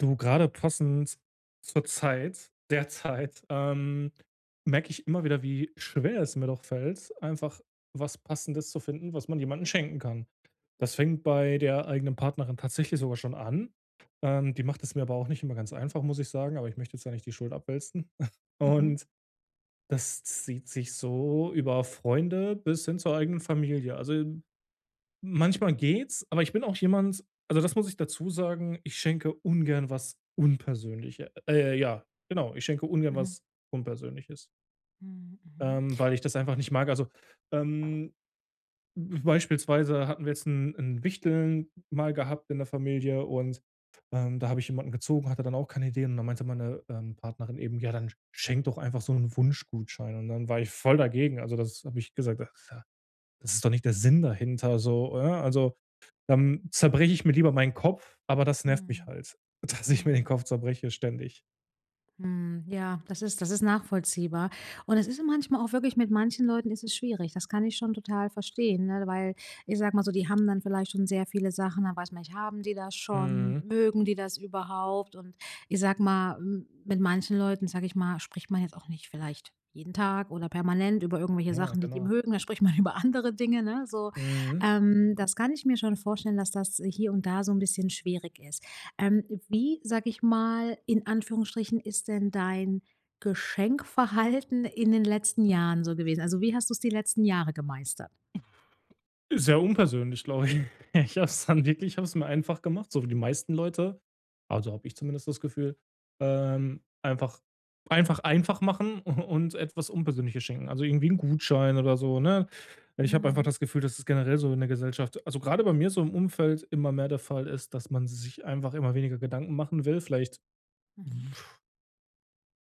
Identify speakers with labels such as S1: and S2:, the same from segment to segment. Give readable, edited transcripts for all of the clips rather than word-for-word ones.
S1: Du, gerade passend zur Zeit derzeit, merke ich immer wieder, wie schwer es mir doch fällt, einfach was Passendes zu finden, was man jemandem schenken kann. Das fängt bei der eigenen Partnerin tatsächlich sogar schon an. Die macht es mir aber auch nicht immer ganz einfach, muss ich sagen, aber ich möchte jetzt ja nicht die Schuld abwälzen.
S2: Mhm,
S1: Und das zieht sich so über Freunde bis hin zur eigenen Familie. Also manchmal geht's, aber ich bin auch jemand, also, das muss ich dazu sagen, ich schenke ungern was unpersönliches. Ja, genau, ich schenke ungern
S2: mhm,
S1: was Unpersönliches,
S2: mhm, mhm,
S1: weil ich das einfach nicht mag. Also, ähm, beispielsweise hatten wir jetzt 'n Wichteln mal gehabt in der Familie und, da habe ich jemanden gezogen, hatte dann auch keine Ideen und dann meinte meine, Partnerin eben: „Ja, dann schenk doch einfach so einen Wunschgutschein.“ Und dann war ich voll dagegen. Also, das habe ich gesagt: Das ist doch nicht der Sinn dahinter so, oder?“ Also dann zerbreche ich mir lieber meinen Kopf, aber das nervt mich
S2: mhm,
S1: halt, dass ich mir den
S2: mhm.
S1: Kopf zerbreche ständig.
S2: Hm, ja, das ist nachvollziehbar. Und es ist manchmal auch wirklich mit manchen Leuten ist es schwierig. Das kann ich schon total verstehen, ne? Weil ich sag mal so, die haben dann vielleicht schon sehr viele Sachen, dann weiß man nicht, haben die das schon?
S1: Mhm.
S2: Mögen die das überhaupt? Und ich sag mal, mit manchen Leuten, sage ich mal, spricht man jetzt auch nicht vielleicht jeden Tag oder permanent über irgendwelche
S1: Ja,
S2: Sachen, die die
S1: genau.
S2: mögen. Da spricht man über andere Dinge, ne? So,
S1: Mhm.
S2: das kann ich mir schon vorstellen, dass das hier und da so ein bisschen schwierig ist. Wie, sage ich mal, in Anführungsstrichen, ist denn dein Geschenkverhalten in den letzten Jahren so gewesen? Also, wie hast du es die letzten Jahre gemeistert?
S1: Sehr unpersönlich, glaube ich. Ich habe es mir einfach gemacht, so wie die meisten Leute. Also, habe ich zumindest das Gefühl. Ähm, einfach einfach machen und etwas Unpersönliches schenken. Also, irgendwie einen Gutschein oder so, ne? Ich habe einfach
S2: Mhm.
S1: das Gefühl, dass es generell so in der Gesellschaft, also, gerade bei mir so im Umfeld, immer mehr der Fall ist, dass man sich einfach immer weniger Gedanken machen will. Vielleicht
S2: Mhm.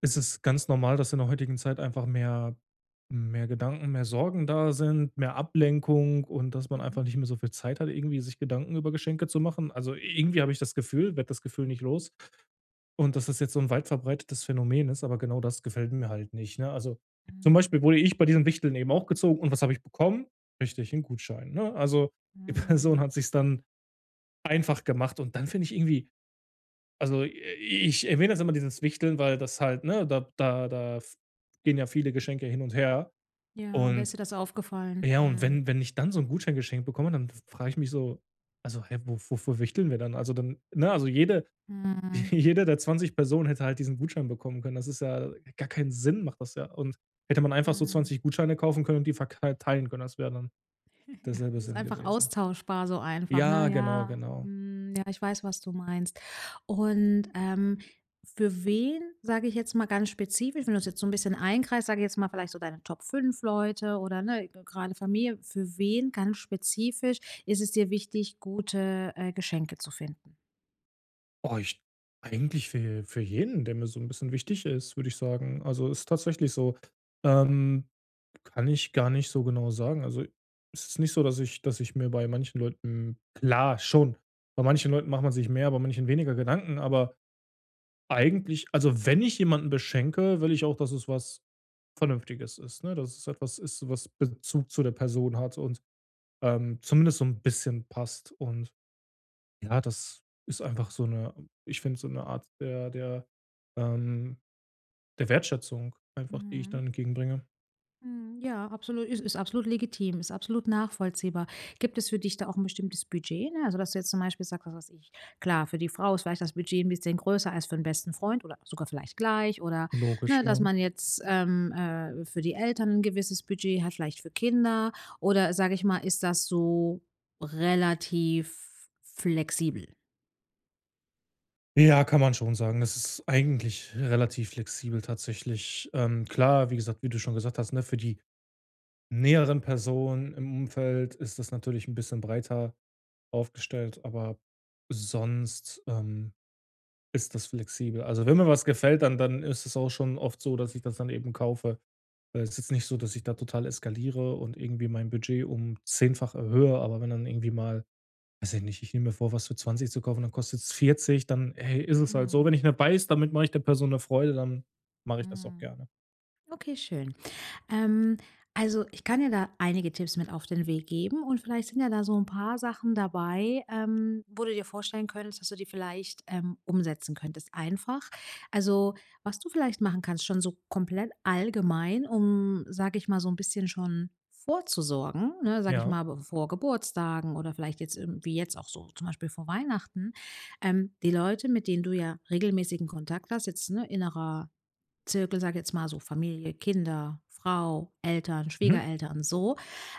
S1: Es ist ganz normal, dass in der heutigen Zeit einfach mehr Gedanken, mehr Sorgen da sind, mehr Ablenkung, und dass man
S2: Mhm.
S1: einfach nicht mehr so viel Zeit hat, irgendwie sich Gedanken über Geschenke zu machen. Also, irgendwie habe ich das Gefühl werde das Gefühl nicht los, und dass das jetzt so ein weit verbreitetes Phänomen ist, aber genau das gefällt mir halt nicht, ne? Also, zum Beispiel wurde ich bei diesen Wichteln eben auch gezogen, und was habe ich bekommen? Richtig, einen Gutschein, ne? Also, die Person
S2: Mhm.
S1: hat sich's dann einfach gemacht, und dann finde ich irgendwie, also, i ich erwähne jetzt immer dieses Wichteln, weil das halt, ne, da da da f gehen ja viele Geschenke hin und her.
S2: Ja, und da ist dir
S1: Und
S2: das aufgefallen.
S1: ja, und
S2: Mhm.
S1: wenn ich dann so ein Gutschein geschenkt bekomme, dann frage ich mich so: „Also, hä, wo wofür wichteln wir dann?“ Also, dann, ne, also jede
S2: Mhm.
S1: jede der 20 Personen hätte halt diesen Gutschein bekommen können. Das ist ja gar keinen Sinn macht das ja. Und hätte man einfach so
S2: Mhm.
S1: 20 Gutscheine kaufen können und die verteilen können, das wäre dann
S2: Ja,
S1: derselbe
S2: es ist
S1: Sinn
S2: einfach
S1: gewesen.
S2: austauschbar so einfach,
S1: Ja,
S2: ne?
S1: genau,
S2: Ja,
S1: genau.
S2: hm, ja, ich weiß, was du meinst. Und, für wen, sage ich jetzt mal ganz spezifisch, wenn du es jetzt so ein bisschen einkreist, sage ich jetzt mal vielleicht so deine Top 5 Leute oder, ne, gerade grade Familie, für wen ganz spezifisch ist es dir wichtig, gute, Geschenke zu finden?
S1: Oh, ich eigentlich für jeden, der mir so ein bisschen wichtig ist, würde ich sagen. Also, ist tatsächlich so. Ähm, Kann ich gar nicht so genau sagen. Also, es ist nicht so, dass ich mir bei manchen Leuten, klar, schon, bei manchen Leuten macht man sich mehr, bei manchen weniger Gedanken, aber eigentlich, also, wenn ich jemanden beschenke, will ich auch, dass es was Vernünftiges ist, ne? Dass es etwas ist, was Bezug zu der Person hat und, zumindest so ein bisschen passt, und ja, das ist einfach so eine, ich finde, so eine Art der, ähm der Wertschätzung einfach, die ich
S2: Mhm.
S1: dann entgegenbringe.
S2: Mhm, ja, absolut ist absolut legitim, ist absolut nachvollziehbar. Gibt es für dich da auch ein bestimmtes Budget, ne? Also, dass du jetzt zum Beispiel sagst, was weiß ich klar, für die Frau ist vielleicht das Budget ein bisschen größer als für den besten Freund oder sogar vielleicht gleich oder,
S1: Logisch,
S2: ne, dass
S1: ja.
S2: man jetzt, für die Eltern ein gewisses Budget hat, vielleicht für Kinder oder sage ich mal, ist das so relativ flexibel?
S1: Ja, kann man schon sagen. Das ist eigentlich relativ flexibel tatsächlich. Klar, wie gesagt, wie du schon gesagt hast, ne, für die näheren Personen im Umfeld ist das natürlich ein bisschen breiter aufgestellt, aber sonst, ist das flexibel. Also, wenn mir was gefällt, dann ist es auch schon oft so, dass ich das dann eben kaufe. Weil es ist jetzt nicht so, dass ich da total eskaliere und irgendwie mein Budget um zehnfach erhöhe, aber wenn dann irgendwie mal, weiß ich nicht, ich nehme mir vor, was für 20 zu kaufen, dann kostet es 40, dann, hey, ist es halt so.
S2: Mhm,
S1: Wenn ich dabei ist, damit mache ich der Person eine Freude, dann mache ich das auch
S2: mhm.
S1: gerne.
S2: Okay, schön. Ähm, also, ich kann ja da einige Tipps mit auf den Weg geben und vielleicht sind ja da so ein paar Sachen dabei, wo du dir vorstellen könntest, dass du die vielleicht, umsetzen könntest einfach. Also, was du vielleicht machen kannst, schon so komplett allgemein, um, sage ich mal, so ein bisschen schon vorzusorgen, ne, sage ich
S1: Ja.
S2: mal, b vor Geburtstagen oder vielleicht jetzt im wie jetzt auch so zum Beispiel vor Weihnachten. Die Leute, mit denen du ja regelmäßigen Kontakt hast, jetzt, ne, innerer Zirkel, sage ich jetzt mal so Familie, Kinder, Frau, Eltern,
S1: Mhm.
S2: Schwiegereltern, so,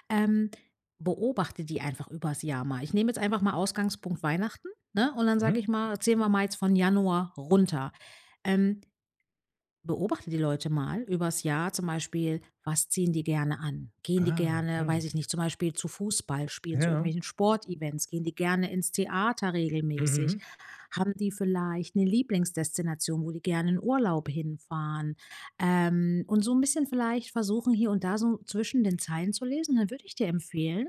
S2: ähm, beobachte die einfach übers Jahr mal. Ich nehme jetzt einfach mal Ausgangspunkt Weihnachten, ne? Und dann
S1: Mhm.
S2: sage ich mal, zählen wir mal jetzt von Januar runter. Ähm, Beobachte die Leute mal übers Jahr zum Beispiel, was ziehen die gerne an? Gehen die
S1: Ah,
S2: gerne,
S1: ja.
S2: weiß ich nicht, zum Beispiel zu Fußballspielen, zu
S1: Ja.
S2: irgendwelchen Sportevents? Gehen die gerne ins Theater
S1: Mhm,
S2: regelmäßig?
S1: mhm.
S2: Haben die vielleicht eine Lieblingsdestination, wo die gerne in Urlaub hinfahren? Und so ein bisschen vielleicht versuchen, hier und da so zwischen den Zeilen zu lesen, dann würde ich dir empfehlen,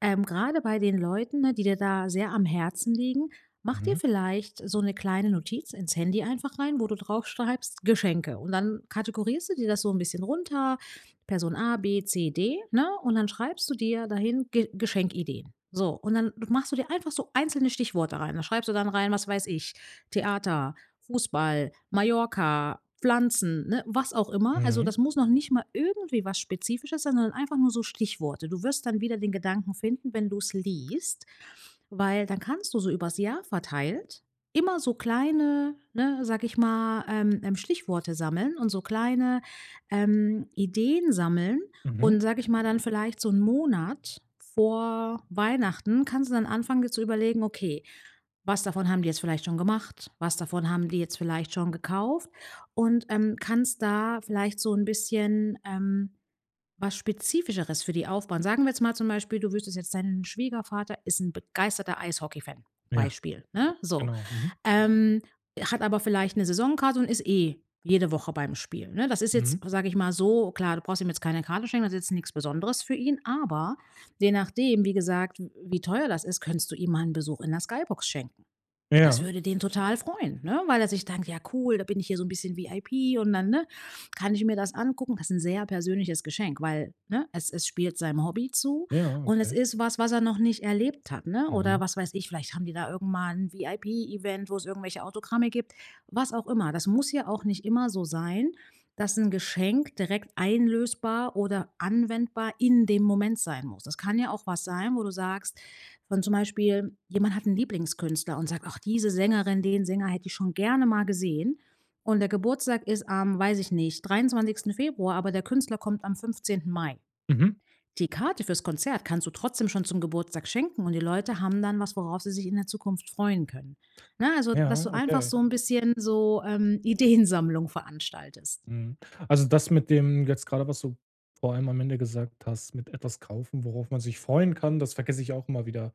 S2: grade bei den Leuten, ne, die dir da sehr am Herzen liegen, mach dir
S1: Mhm.
S2: vielleicht so eine kleine Notiz ins Handy einfach rein, wo du drauf schreibst „Geschenke“ und dann kategorierst du dir das so ein bisschen runter, Person A, B, C, D, ne? Und dann schreibst du dir dahin Ge Geschenkideen. So, und dann machst du dir einfach so einzelne Stichworte rein. Da schreibst du dann rein, was weiß ich, Theater, Fußball, Mallorca, Pflanzen, ne, was auch immer. Also,
S1: Mhm.
S2: das muss noch nicht mal irgendwie was Spezifisches sein, sondern einfach nur so Stichworte. Du wirst dann wieder den Gedanken finden, wenn du's liest, weil dann kannst du so übers Jahr verteilt immer so kleine, ne, sag ich mal, Stichworte sammeln und so kleine, Ideen sammeln
S1: Mhm.
S2: und, sag ich mal, dann vielleicht so einen Monat vor Weihnachten kannst du dann anfangen, dir zu überlegen: „Okay, was davon haben die jetzt vielleicht schon gemacht? Was davon haben die jetzt vielleicht schon gekauft? Und, kannst da vielleicht so ein bisschen, was Spezifischeres für die aufbauen. Sagen wir jetzt mal zum Beispiel, du wüsstest jetzt, dein Schwiegervater ist ein begeisterter Eishockey-Fan,
S1: Ja,
S2: Beispiel, ne? So,
S1: genau. Mhm.
S2: ähm, hat aber vielleicht eine Saisonkarte und ist eh jede Woche beim Spiel, ne? Das ist
S1: Mhm.
S2: jetzt, sage ich mal so klar, du brauchst ihm jetzt keine Karte schenken, das ist jetzt nichts Besonderes für ihn, aber je nachdem, wie gesagt, wie teuer das ist, könntest du ihm mal 'n Besuch in der Skybox schenken. Das
S1: Ja.
S2: würde den total freuen, ne? Weil er sich denkt: „Ja cool, da bin ich hier so ein bisschen VIP und dann, ne, kann ich mir das angucken.“ Das ist ein sehr persönliches Geschenk, weil, ne, es spielt seinem Hobby zu
S1: Ja,
S2: und es
S1: okay.
S2: ist was, was er noch nicht erlebt hat, ne? Oder
S1: Mhm.
S2: was weiß ich, vielleicht haben die da irgend mal 'n VIP-Event, wo es irgendwelche Autogramme gibt, was auch immer. Das muss ja auch nicht immer so sein, dass ein Geschenk direkt einlösbar oder anwendbar in dem Moment sein muss. Das kann ja auch was sein, wo du sagst von zum Beispiel, jemand hat einen Lieblingskünstler und sagt: „Ach, diese Sängerin, den Sänger hätte ich schon gerne mal gesehen.“ Und der Geburtstag ist am, weiß ich nicht, 23. Februar, aber der Künstler kommt am 15. Mai.
S1: Mhm.
S2: Die Karte fürs Konzert kannst du trotzdem schon zum Geburtstag schenken und die Leute haben dann was, worauf sie sich in der Zukunft freuen können. Ne, also, dass du
S1: Ja,
S2: einfach
S1: okay.
S2: so ein bisschen so, Ideensammlung veranstaltest.
S1: Mhm. Also, das, mit dem jetzt gerade, was du vor allem am Ende gesagt hast, mit etwas kaufen, worauf man sich freuen kann, das vergesse ich auch immer wieder.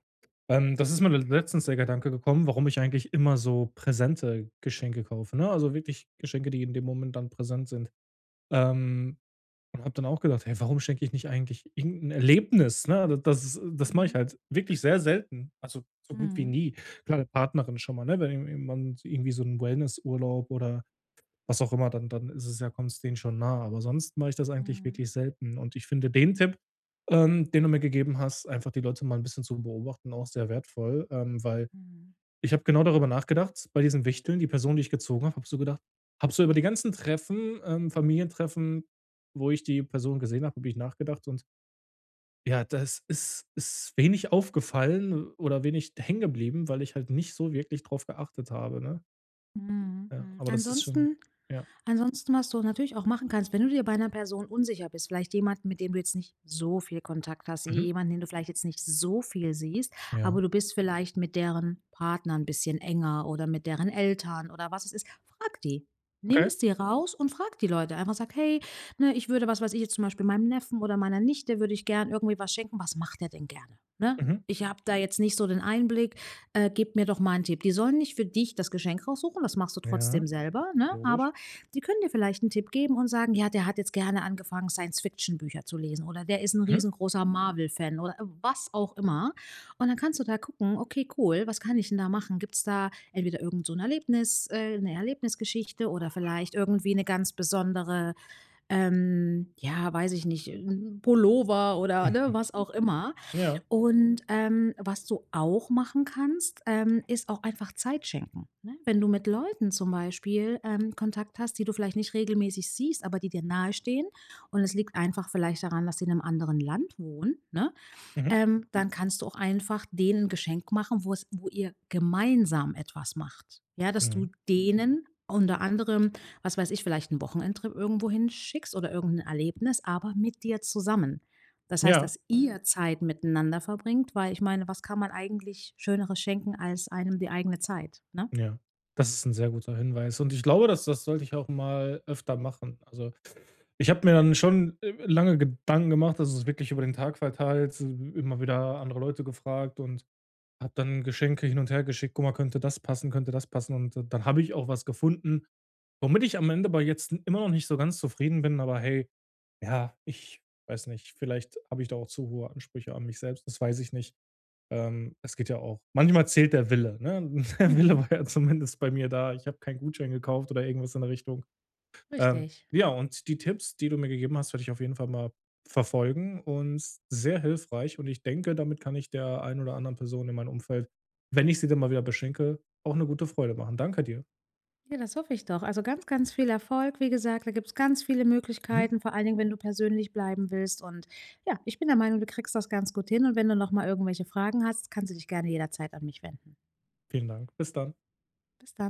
S1: Das ist mir letztens der Gedanke gekommen, warum ich eigentlich immer so präsente Geschenke kaufe, ne? Also, wirklich Geschenke, die in dem Moment dann präsent sind. Ähm, und habe dann auch gedacht: „Hey, warum schenke ich nicht eigentlich irgendein Erlebnis?“, ne? D das ist das mache ich
S2: Mhm.
S1: halt wirklich sehr selten, also, so gut wie
S2: Mhm.
S1: nie. Klar, der Partnerin schon mal, ne, wenn man irgendwie so einen Wellnessurlaub oder was auch immer, dann ist es ja, kommt's denen schon nah. Aber sonst mache ich das eigentlich
S2: Mhm.
S1: wirklich selten. Und ich finde den Tipp, den du mir gegeben hast, einfach die Leute mal ein bisschen zu beobachten, auch sehr wertvoll, weil
S2: Mhm.
S1: ich habe genau darüber nachgedacht, bei diesen Wichteln, die Person, die ich gezogen habe, so über die ganzen Treffen, Familientreffen, wo ich die Person gesehen habe, habe ich nachgedacht, und ja, das ist wenig aufgefallen oder wenig hängen geblieben, weil ich halt nicht so wirklich drauf geachtet habe, ne?
S2: Mhm.
S1: Ja,
S2: Mhm.
S1: aber das ist schon,
S2: Ansonsten
S1: ja.
S2: Ansonsten, was du natürlich auch machen kannst, wenn du dir bei einer Person unsicher bist, vielleicht jemanden, mit dem du jetzt nicht so viel Kontakt hast,
S1: Mhm.
S2: jemanden, den du vielleicht jetzt nicht so viel siehst,
S1: Ja.
S2: aber du bist vielleicht mit deren Partner ein bisschen enger oder mit deren Eltern oder was es ist, frag die. Nimm
S1: Okay.
S2: es dir raus und frag die Leute. Einfach sag, hey, ne, ich würde, was weiß ich jetzt zum Beispiel meinem Neffen oder meiner Nichte, würde ich gern irgendwie was schenken. Was macht der denn gerne? Ne?
S1: Mhm.
S2: Ich habe da jetzt nicht so den Einblick. Gib mir doch mal einen Tipp. Die sollen nicht für dich das Geschenk raussuchen, das machst du
S1: Ja.
S2: trotzdem selber, ne?
S1: Logisch.
S2: Aber die können dir vielleicht einen Tipp geben und sagen: „Ja, der hat jetzt gerne angefangen, Science-Fiction-Bücher zu lesen“ oder „der ist ein
S1: Mhm.
S2: riesengroßer Marvel-Fan“ oder was auch immer. Und dann kannst du da gucken: „Okay, cool, was kann ich denn da machen?“ Gibt's da entweder irgend so ein Erlebnis 'ne Erlebnisgeschichte oder vielleicht irgendwie eine ganz besondere, ja, weiß ich nicht, 'n Pullover oder, ne,
S1: Mhm.
S2: was auch immer.
S1: Ja.
S2: Und, was du auch machen kannst, ist auch einfach Zeit schenken, ne? Wenn du mit Leuten zum Beispiel, Kontakt hast, die du vielleicht nicht regelmäßig siehst, aber die dir nahestehen und es liegt einfach vielleicht daran, dass sie in einem anderen Land wohnen, ne?
S1: Mhm.
S2: Dann kannst du auch einfach denen 'n Geschenk machen, wo ihr gemeinsam etwas macht. Ja, dass du
S1: Mhm.
S2: denen unter anderem, was weiß ich, vielleicht einen Wochenendtrip irgendwo hinschickst oder irgendein Erlebnis, aber mit dir zusammen. Das heißt,
S1: Ja,
S2: dass ihr Zeit miteinander verbringt, weil ich meine, was kann man eigentlich Schöneres schenken als einem die eigene Zeit, ne?
S1: ja. Das ist 'n sehr guter Hinweis, und ich glaube, das sollte ich auch mal öfter machen. Also, ich habe mir dann schon, lange Gedanken gemacht, also, es wirklich über den Tag verteilt, immer wieder andere Leute gefragt, und habe dann Geschenke hin und her geschickt: „Guck mal, könnte das passen, könnte das passen?“ Und dann habe ich auch was gefunden, womit ich am Ende aber jetzt immer noch nicht so ganz zufrieden bin, aber hey, ja, ich weiß nicht, vielleicht habe ich da auch zu hohe Ansprüche an mich selbst, das weiß ich nicht. Es geht ja auch, manchmal zählt der Wille, ne? Der Wille
S2: Mhm,
S1: war ja zumindest bei mir da. Ich habe keinen Gutschein gekauft oder irgendwas in der Richtung. Ähm,
S2: richtig.
S1: ja, und die Tipps, die du mir gegeben hast, werde ich auf jeden Fall mal verfolgen, und sehr hilfreich. Und ich denke, damit kann ich der ein oder anderen Person in meinem Umfeld, wenn ich sie dann mal wieder beschenke, auch eine gute Freude machen. Danke dir.
S2: Ja, das hoffe ich doch. Also ganz, ganz viel Erfolg. Wie gesagt, da gibt es ganz viele
S1: Mhm.
S2: Möglichkeiten, vor allen Dingen, wenn du persönlich bleiben willst. Und ja, ich bin der Meinung, du kriegst das ganz gut hin. Und wenn du nochmal irgendwelche Fragen hast, kannst du dich gerne jederzeit an mich wenden.
S1: Vielen Dank. Bis dann.
S2: Bis dann.